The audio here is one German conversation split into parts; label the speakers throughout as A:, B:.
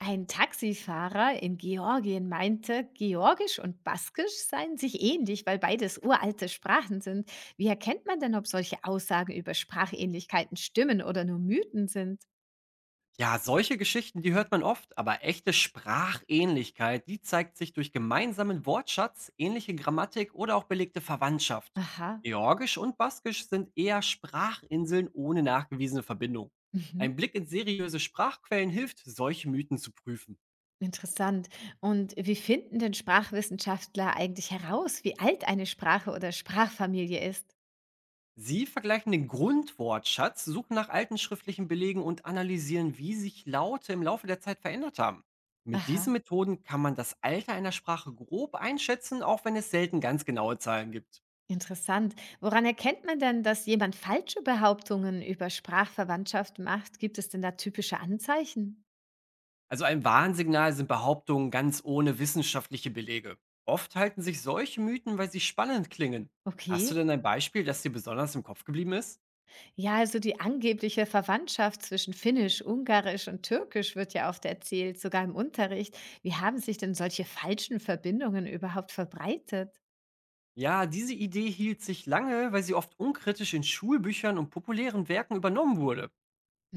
A: Ein Taxifahrer in Georgien meinte, Georgisch und Baskisch seien sich ähnlich, weil beides uralte Sprachen sind. Wie erkennt man denn, ob solche Aussagen über Sprachähnlichkeiten stimmen oder nur Mythen sind?
B: Ja, solche Geschichten, die hört man oft, aber echte Sprachähnlichkeit, die zeigt sich durch gemeinsamen Wortschatz, ähnliche Grammatik oder auch belegte Verwandtschaft.
A: Aha,
B: Georgisch und Baskisch sind eher Sprachinseln ohne nachgewiesene Verbindung.
A: mhm,
B: Ein Blick in seriöse Sprachquellen hilft, solche Mythen zu prüfen.
A: interessant. Und wie finden denn Sprachwissenschaftler eigentlich heraus, wie alt eine Sprache oder Sprachfamilie ist?
B: Sie vergleichen den Grundwortschatz, suchen nach alten schriftlichen Belegen und analysieren, wie sich Laute im Laufe der Zeit verändert haben. Mit
A: Aha,
B: diesen Methoden kann man das Alter einer Sprache grob einschätzen, auch wenn es selten ganz genaue Zahlen gibt.
A: interessant. Woran erkennt man denn, dass jemand falsche Behauptungen über Sprachverwandtschaft macht? Gibt es denn da typische Anzeichen?
B: Also ein Warnsignal sind Behauptungen ganz ohne wissenschaftliche Belege. Oft halten sich solche Mythen, weil sie spannend klingen. Hast du
A: Okay.
B: denn ein Beispiel, das dir besonders im Kopf geblieben ist?
A: Ja, also die angebliche Verwandtschaft zwischen Finnisch, Ungarisch und Türkisch wird ja oft erzählt, sogar im Unterricht. Wie haben sich denn solche falschen Verbindungen überhaupt verbreitet?
B: Ja, diese Idee hielt sich lange, weil sie oft unkritisch in Schulbüchern und populären Werken übernommen wurde.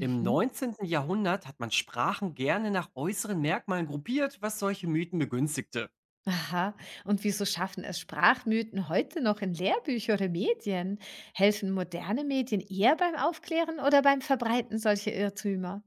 B: Im 19. Jahrhundert hat man Sprachen gerne nach äußeren Merkmalen gruppiert, was solche Mythen begünstigte.
A: Aha. Und wieso schaffen es Sprachmythen heute noch in Lehrbücher oder Medien? Helfen moderne Medien eher beim Aufklären oder beim Verbreiten solcher Irrtümer?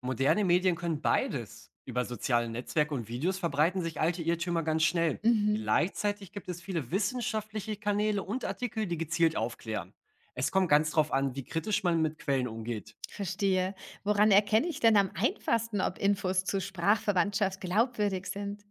B: Moderne Medien können beides. Über soziale Netzwerke und Videos verbreiten sich alte Irrtümer ganz schnell.
A: Mhm.
B: Gleichzeitig gibt es viele wissenschaftliche Kanäle und Artikel, die gezielt aufklären. Es kommt ganz drauf an, wie kritisch man mit Quellen umgeht.
A: Verstehe. Woran erkenne ich denn am einfachsten, ob Infos zu Sprachverwandtschaft glaubwürdig sind?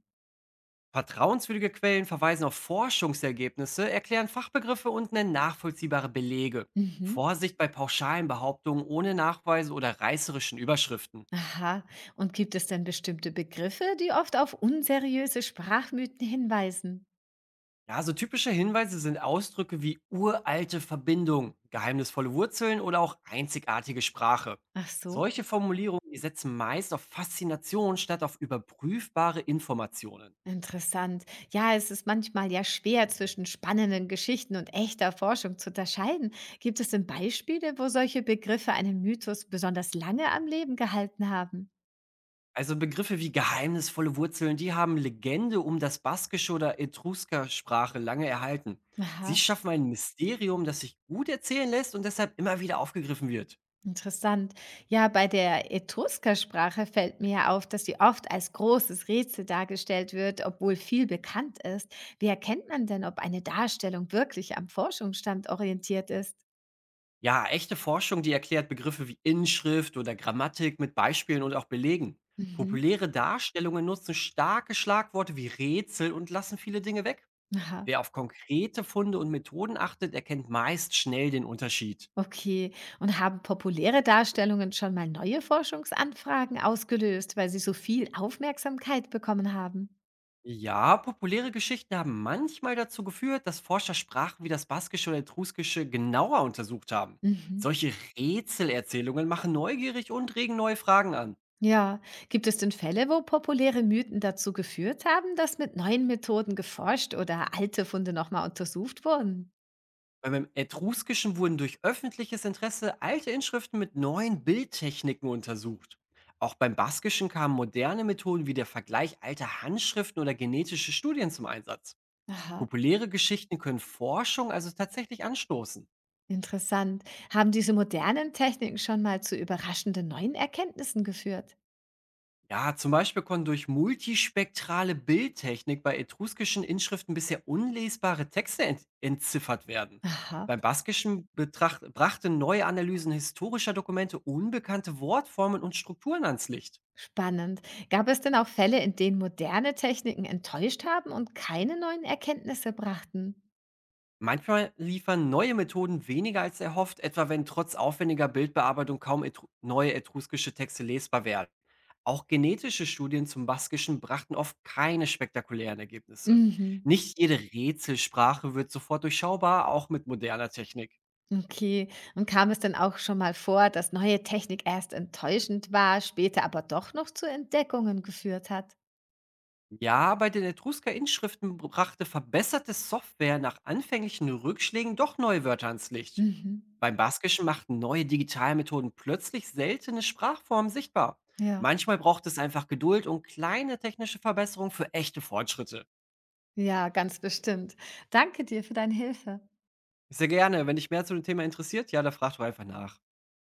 B: Vertrauenswürdige Quellen verweisen auf Forschungsergebnisse, erklären Fachbegriffe und nennen nachvollziehbare Belege.
A: Mhm.
B: Vorsicht bei pauschalen Behauptungen ohne Nachweise oder reißerischen Überschriften.
A: Aha. Und gibt es denn bestimmte Begriffe, die oft auf unseriöse Sprachmythen hinweisen?
B: Ja, so typische Hinweise sind Ausdrücke wie uralte Verbindung, geheimnisvolle Wurzeln oder auch einzigartige Sprache.
A: Ach so,
B: Solche Formulierungen, die setzen meist auf Faszination statt auf überprüfbare Informationen.
A: interessant. Ja, es ist manchmal ja schwer, zwischen spannenden Geschichten und echter Forschung zu unterscheiden. Gibt es denn Beispiele, wo solche Begriffe einen Mythos besonders lange am Leben gehalten haben?
B: Also Begriffe wie geheimnisvolle Wurzeln, die haben Legende um das baskische oder Etrusker-Sprache lange erhalten. Sie
A: Aha.
B: schaffen ein Mysterium, das sich gut erzählen lässt und deshalb immer wieder aufgegriffen wird.
A: Interessant. Ja, bei der Etrusker-Sprache fällt mir auf, dass sie oft als großes Rätsel dargestellt wird, obwohl viel bekannt ist. Wie erkennt man denn, ob eine Darstellung wirklich am Forschungsstand orientiert ist?
B: Ja, echte Forschung, die erklärt Begriffe wie Inschrift oder Grammatik mit Beispielen und auch Belegen.
A: Mhm.
B: Populäre Darstellungen nutzen starke Schlagworte wie Rätsel und lassen viele Dinge weg.
A: Aha.
B: Wer auf konkrete Funde und Methoden achtet, erkennt meist schnell den Unterschied.
A: Okay. Und haben populäre Darstellungen schon mal neue Forschungsanfragen ausgelöst, weil sie so viel Aufmerksamkeit bekommen haben?
B: Ja, populäre Geschichten haben manchmal dazu geführt, dass Forscher Sprachen wie das Baskische oder Etruskische genauer untersucht haben.
A: Mhm.
B: Solche Rätselerzählungen machen neugierig und regen neue Fragen an.
A: Ja, gibt es denn Fälle, wo populäre Mythen dazu geführt haben, dass mit neuen Methoden geforscht oder alte Funde nochmal untersucht wurden?
B: Beim Etruskischen wurden durch öffentliches Interesse alte Inschriften mit neuen Bildtechniken untersucht. Auch beim Baskischen kamen moderne Methoden wie der Vergleich alter Handschriften oder genetische Studien zum Einsatz.
A: Aha,
B: Populäre Geschichten können Forschung also tatsächlich anstoßen.
A: interessant. Haben diese modernen Techniken schon mal zu überraschenden neuen Erkenntnissen geführt?
B: Ja, zum Beispiel konnten durch multispektrale Bildtechnik bei etruskischen Inschriften bisher unlesbare Texte entziffert werden.
A: Aha,
B: Beim Baskischen betracht, brachte neue Analysen historischer Dokumente unbekannte Wortformen und Strukturen ans Licht.
A: spannend. Gab es denn auch Fälle, in denen moderne Techniken enttäuscht haben und keine neuen Erkenntnisse brachten?
B: Manchmal liefern neue Methoden weniger als erhofft, etwa wenn trotz aufwendiger Bildbearbeitung kaum etru neue etruskische Texte lesbar werden. Auch genetische Studien zum Baskischen brachten oft keine spektakulären Ergebnisse.
A: Mhm.
B: Nicht jede Rätselsprache wird sofort durchschaubar, auch mit moderner Technik.
A: Okay. Und kam es dann auch schon mal vor, dass neue Technik erst enttäuschend war, später aber doch noch zu Entdeckungen geführt hat?
B: Ja, bei den Etrusker-Inschriften brachte verbesserte Software nach anfänglichen Rückschlägen doch neue Wörter ans Licht.
A: Mhm.
B: Beim Baskischen machten neue Digitalmethoden plötzlich seltene Sprachformen sichtbar.
A: Ja,
B: Manchmal braucht es einfach Geduld und kleine technische Verbesserungen für echte Fortschritte.
A: ja, ganz bestimmt. Danke dir für deine Hilfe.
B: Sehr gerne, wenn dich mehr zu dem Thema interessiert, ja, da frag doch einfach nach.